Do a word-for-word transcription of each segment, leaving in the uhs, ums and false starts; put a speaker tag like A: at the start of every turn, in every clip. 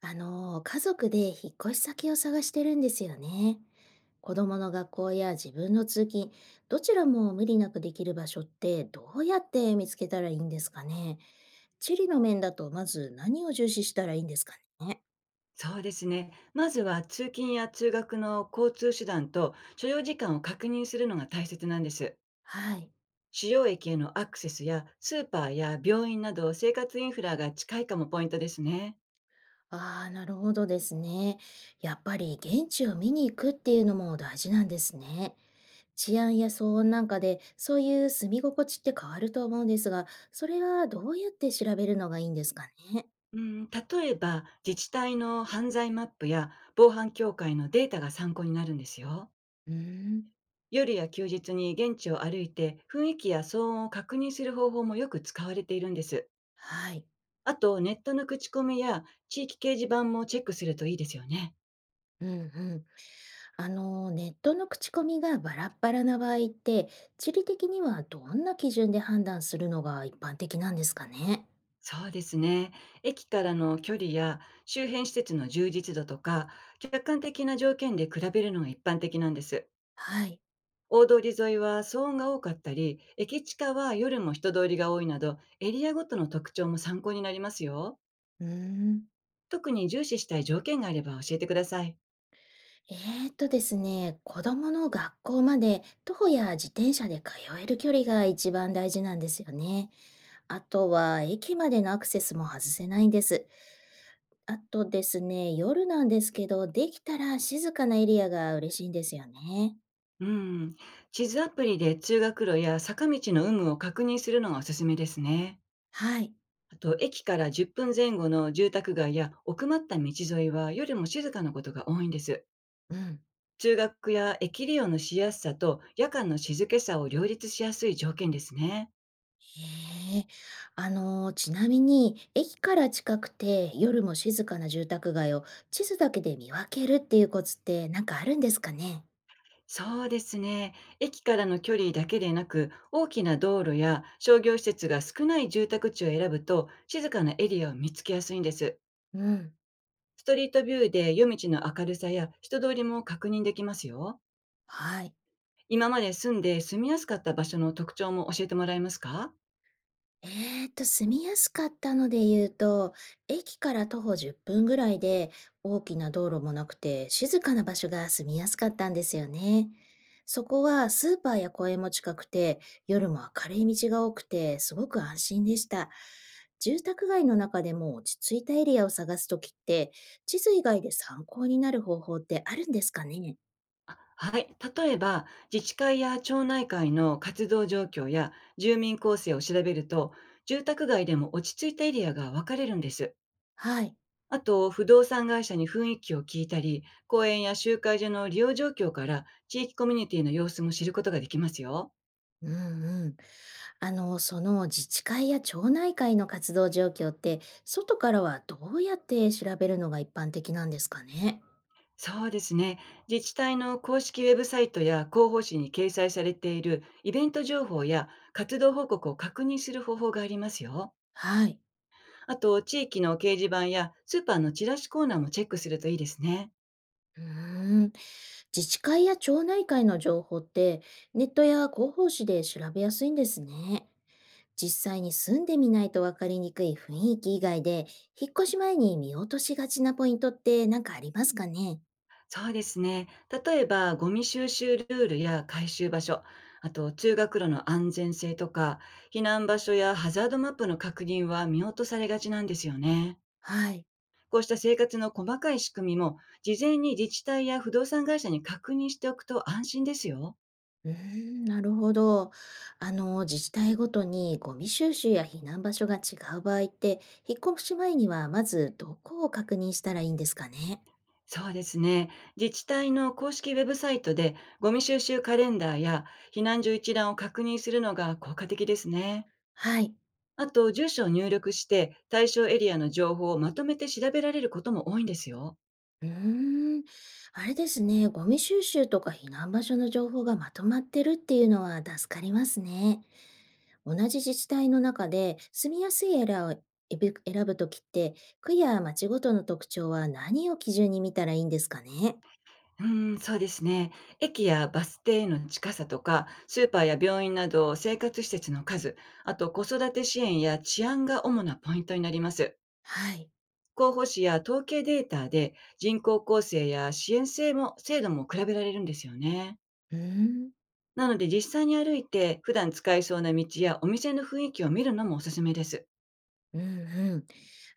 A: あの、家族で引っ越し先を探してるんですよね。子供の学校や自分の通勤、どちらも無理なくできる場所ってどうやって見つけたらいいんですかね。地理の面だとまず何を重視したらいいんですかね。
B: そうですね。まずは通勤や通学の交通手段と所要時間を確認するのが大切なんです。
A: はい。
B: 主要駅へのアクセスやスーパーや病院など生活インフラが近いかもポイントですね。
A: ああ、なるほどですね。やっぱり現地を見に行くっていうのも大事なんですね。治安や騒音なんかでそういう住み心地って変わると思うんですが、それはどうやって調べるのがいいんですかね。
B: うん、例えば自治体の犯罪マップや防犯協会のデータが参考になるんですよ。
A: うーん。
B: 夜や休日に現地を歩いて雰囲気や騒音を確認する方法もよく使われているんです。
A: はい。
B: あとネットの口コミや地域掲示板もチェックするといいですよね。
A: うんうん。あの、ネットの口コミがバラッバラな場合って、地理的にはどんな基準で判断するのが一般的なんですかね。
B: そうですね。駅からの距離や周辺施設の充実度とか、客観的な条件で比べるのが一般的なんです。
A: はい。
B: 大通り沿いは騒音が多かったり、駅地下は夜も人通りが多いなど、エリアごとの特徴も参考になりますよ。
A: うーん、
B: 特に重視したい条件があれば教えてください。
A: えーっとですね、子供の学校まで徒歩や自転車で通える距離が一番大事なんですよね。あとは駅までのアクセスも外せないんです。あとですね、夜なんですけど、できたら静かなエリアが嬉しいんですよね。
B: うん。地図アプリで通学路や坂道の有無を確認するのがおすすめですね。
A: はい。
B: あと、駅からじゅっぷん後の住宅街や奥まった道沿いは夜も静かなことが多いんです。
A: うん。
B: 中学や駅利用のしやすさと夜間の静けさを両立しやすい条件ですね。
A: へえ、あの、ちなみに、駅から近くて夜も静かな住宅街を地図だけで見分けるっていうコツってなんかあるんですかね。
B: そうですね。駅からの距離だけでなく、大きな道路や商業施設が少ない住宅地を選ぶと、静かなエリアを見つけやすいんです。
A: うん。
B: ストリートビューで夜道の明るさや人通りも確認できますよ。
A: はい。
B: 今まで住んで住みやすかった場所の特徴も教えてもらえますか？
A: えっと、住みやすかったので言うと、駅から徒歩じゅっぷんぐらいで、大きな道路もなくて、静かな場所が住みやすかったんですよね。そこはスーパーや公園も近くて、夜も明るい道が多くて、すごく安心でした。住宅街の中でも落ち着いたエリアを探すときって、地図以外で参考になる方法ってあるんですかね。
B: あ、はい。例えば、自治会や町内会の活動状況や住民構成を調べると、住宅街でも落ち着いたエリアが分かれるんです。
A: はい。
B: あと、不動産会社に雰囲気を聞いたり、公園や集会所の利用状況から地域コミュニティの様子も知ることができますよ。
A: うんうん。あの、その自治会や町内会の活動状況って、外からはどうやって調べるのが一般的なんですかね。
B: そうですね。自治体の公式ウェブサイトや広報誌に掲載されているイベント情報や活動報告を確認する方法がありますよ。
A: はい。
B: あと、地域の掲示板やスーパーのチラシコーナーもチェックするといいですね。
A: うーん。自治会や町内会の情報って、ネットや広報誌で調べやすいんですね。実際に住んでみないと分かりにくい雰囲気以外で、引っ越し前に見落としがちなポイントって何かありますかね。
B: そうですね。例えば、ゴミ収集ルールや回収場所、あと、通学路の安全性とか、避難場所やハザードマップの確認は見落とされがちなんですよね。
A: はい。
B: こうした生活の細かい仕組みも、事前に自治体や不動産会社に確認しておくと安心ですよ。
A: うーん、なるほど。あの、自治体ごとにゴミ収集や避難場所が違う場合って、引っ越し前にはまずどこを確認したらいいんですかね。
B: そうですね。自治体の公式ウェブサイトで、ゴミ収集カレンダーや避難所一覧を確認するのが効果的ですね。
A: はい。
B: あと、住所を入力して、対象エリアの情報をまとめて調べられることも多いんですよ。
A: うーん、あれですね、ゴミ収集とか避難場所の情報がまとまってるっていうのは助かりますね。同じ自治体の中で住みやすいエラーを選ぶ選ぶときって、区や町ごとの特徴は何を基準に見たらいいんですかね。
B: うーん、そうですね。駅やバス停の近さとか、スーパーや病院など生活施設の数、あと子育て支援や治安が主なポイントになります。
A: はい。
B: 候補誌や統計データで人口構成や支援制も制度も比べられるんですよね。
A: うーん。
B: なので実際に歩いて普段使いそうな道やお店の雰囲気を見るのもおすすめです。
A: うんうん。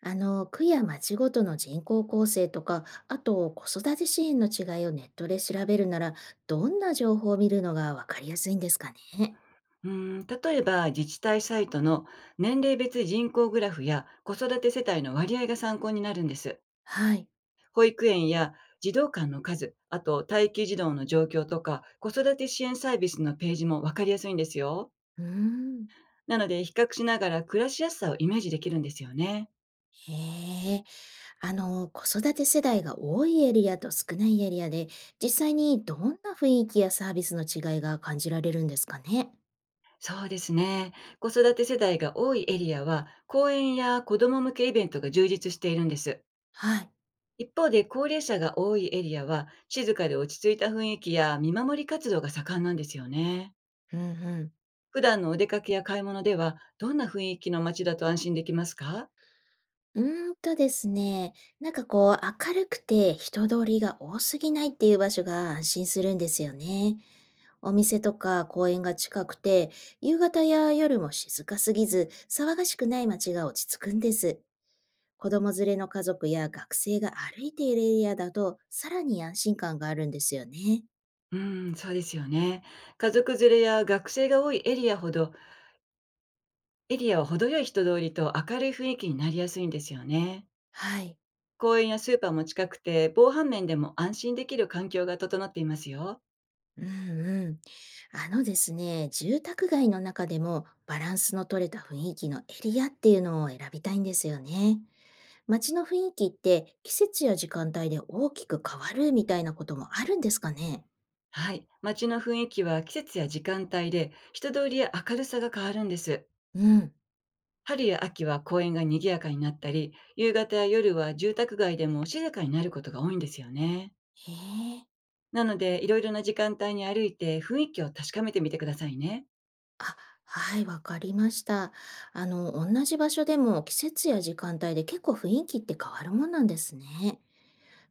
A: あの、区や町ごとの人口構成とか、あと子育て支援の違いをネットで調べるなら、どんな情報を見るのがわかりやすいんですかね。
B: うーん、例えば自治体サイトの年齢別人口グラフや子育て世帯の割合が参考になるんです。
A: はい。
B: 保育園や児童館の数、あと待機児童の状況とか子育て支援サービスのページもわかりやすいんですよ。
A: うーん。
B: なので比較しながら暮らしやすさをイメージできるんですよね。
A: へえ。あの、子育て世代が多いエリアと少ないエリアで、実際にどんな雰囲気やサービスの違いが感じられるんですかね。
B: そうですね。子育て世代が多いエリアは公園や子ども向けイベントが充実しているんです。
A: はい。
B: 一方で、高齢者が多いエリアは、静かで落ち着いた雰囲気や見守り活動が盛んなんですよね。
A: うんうん。
B: 普段のお出かけや買い物では、どんな雰囲気の街だと安心できますか？
A: うーんとですね、なんかこう明るくて人通りが多すぎないっていう場所が安心するんですよね。お店とか公園が近くて、夕方や夜も静かすぎず、騒がしくない街が落ち着くんです。子供連れの家族や学生が歩いているエリアだと、さらに安心感があるんですよね。
B: うーん、そうですよね。家族連れや学生が多いエリアほど、エリアは程よい人通りと明るい雰囲気になりやすいんですよね。
A: はい。
B: 公園やスーパーも近くて、防犯面でも安心できる環境が整っていますよ。
A: うんうん。あのですね、住宅街の中でもバランスの取れた雰囲気のエリアっていうのを選びたいんですよね。街の雰囲気って季節や時間帯で大きく変わるみたいなこともあるんですかね。
B: はい。街の雰囲気は季節や時間帯で、人通りや明るさが変わるんです。
A: うん。
B: 春や秋は公園が賑やかになったり、夕方や夜は住宅街でも静かになることが多いんですよね。
A: へえ。
B: なので、いろいろな時間帯に歩いて雰囲気を確かめてみてくださいね。
A: あ、はい、わかりました。あの、同じ場所でも季節や時間帯で結構雰囲気って変わるもんなんですね。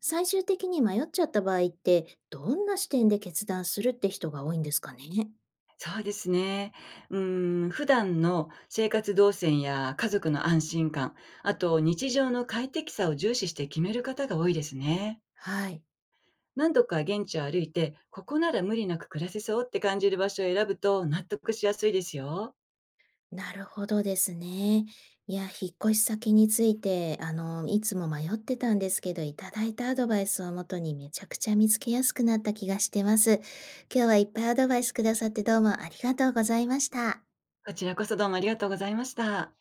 A: 最終的に迷っちゃった場合って、どんな視点で決断するって人が多いんですかね。
B: そうですね。うーん、普段の生活動線や家族の安心感、あと日常の快適さを重視して決める方が多いですね。
A: はい。
B: 何度か現地を歩いて、ここなら無理なく暮らせそうって感じる場所を選ぶと納得しやすいですよ。
A: なるほどですね。いや、引っ越し先について、あの、いつも迷ってたんですけど、いただいたアドバイスをもとにめちゃくちゃ見つけやすくなった気がしてます。今日はいっぱいアドバイスくださってどうもありがとうございました。
B: こちらこそどうもありがとうございました。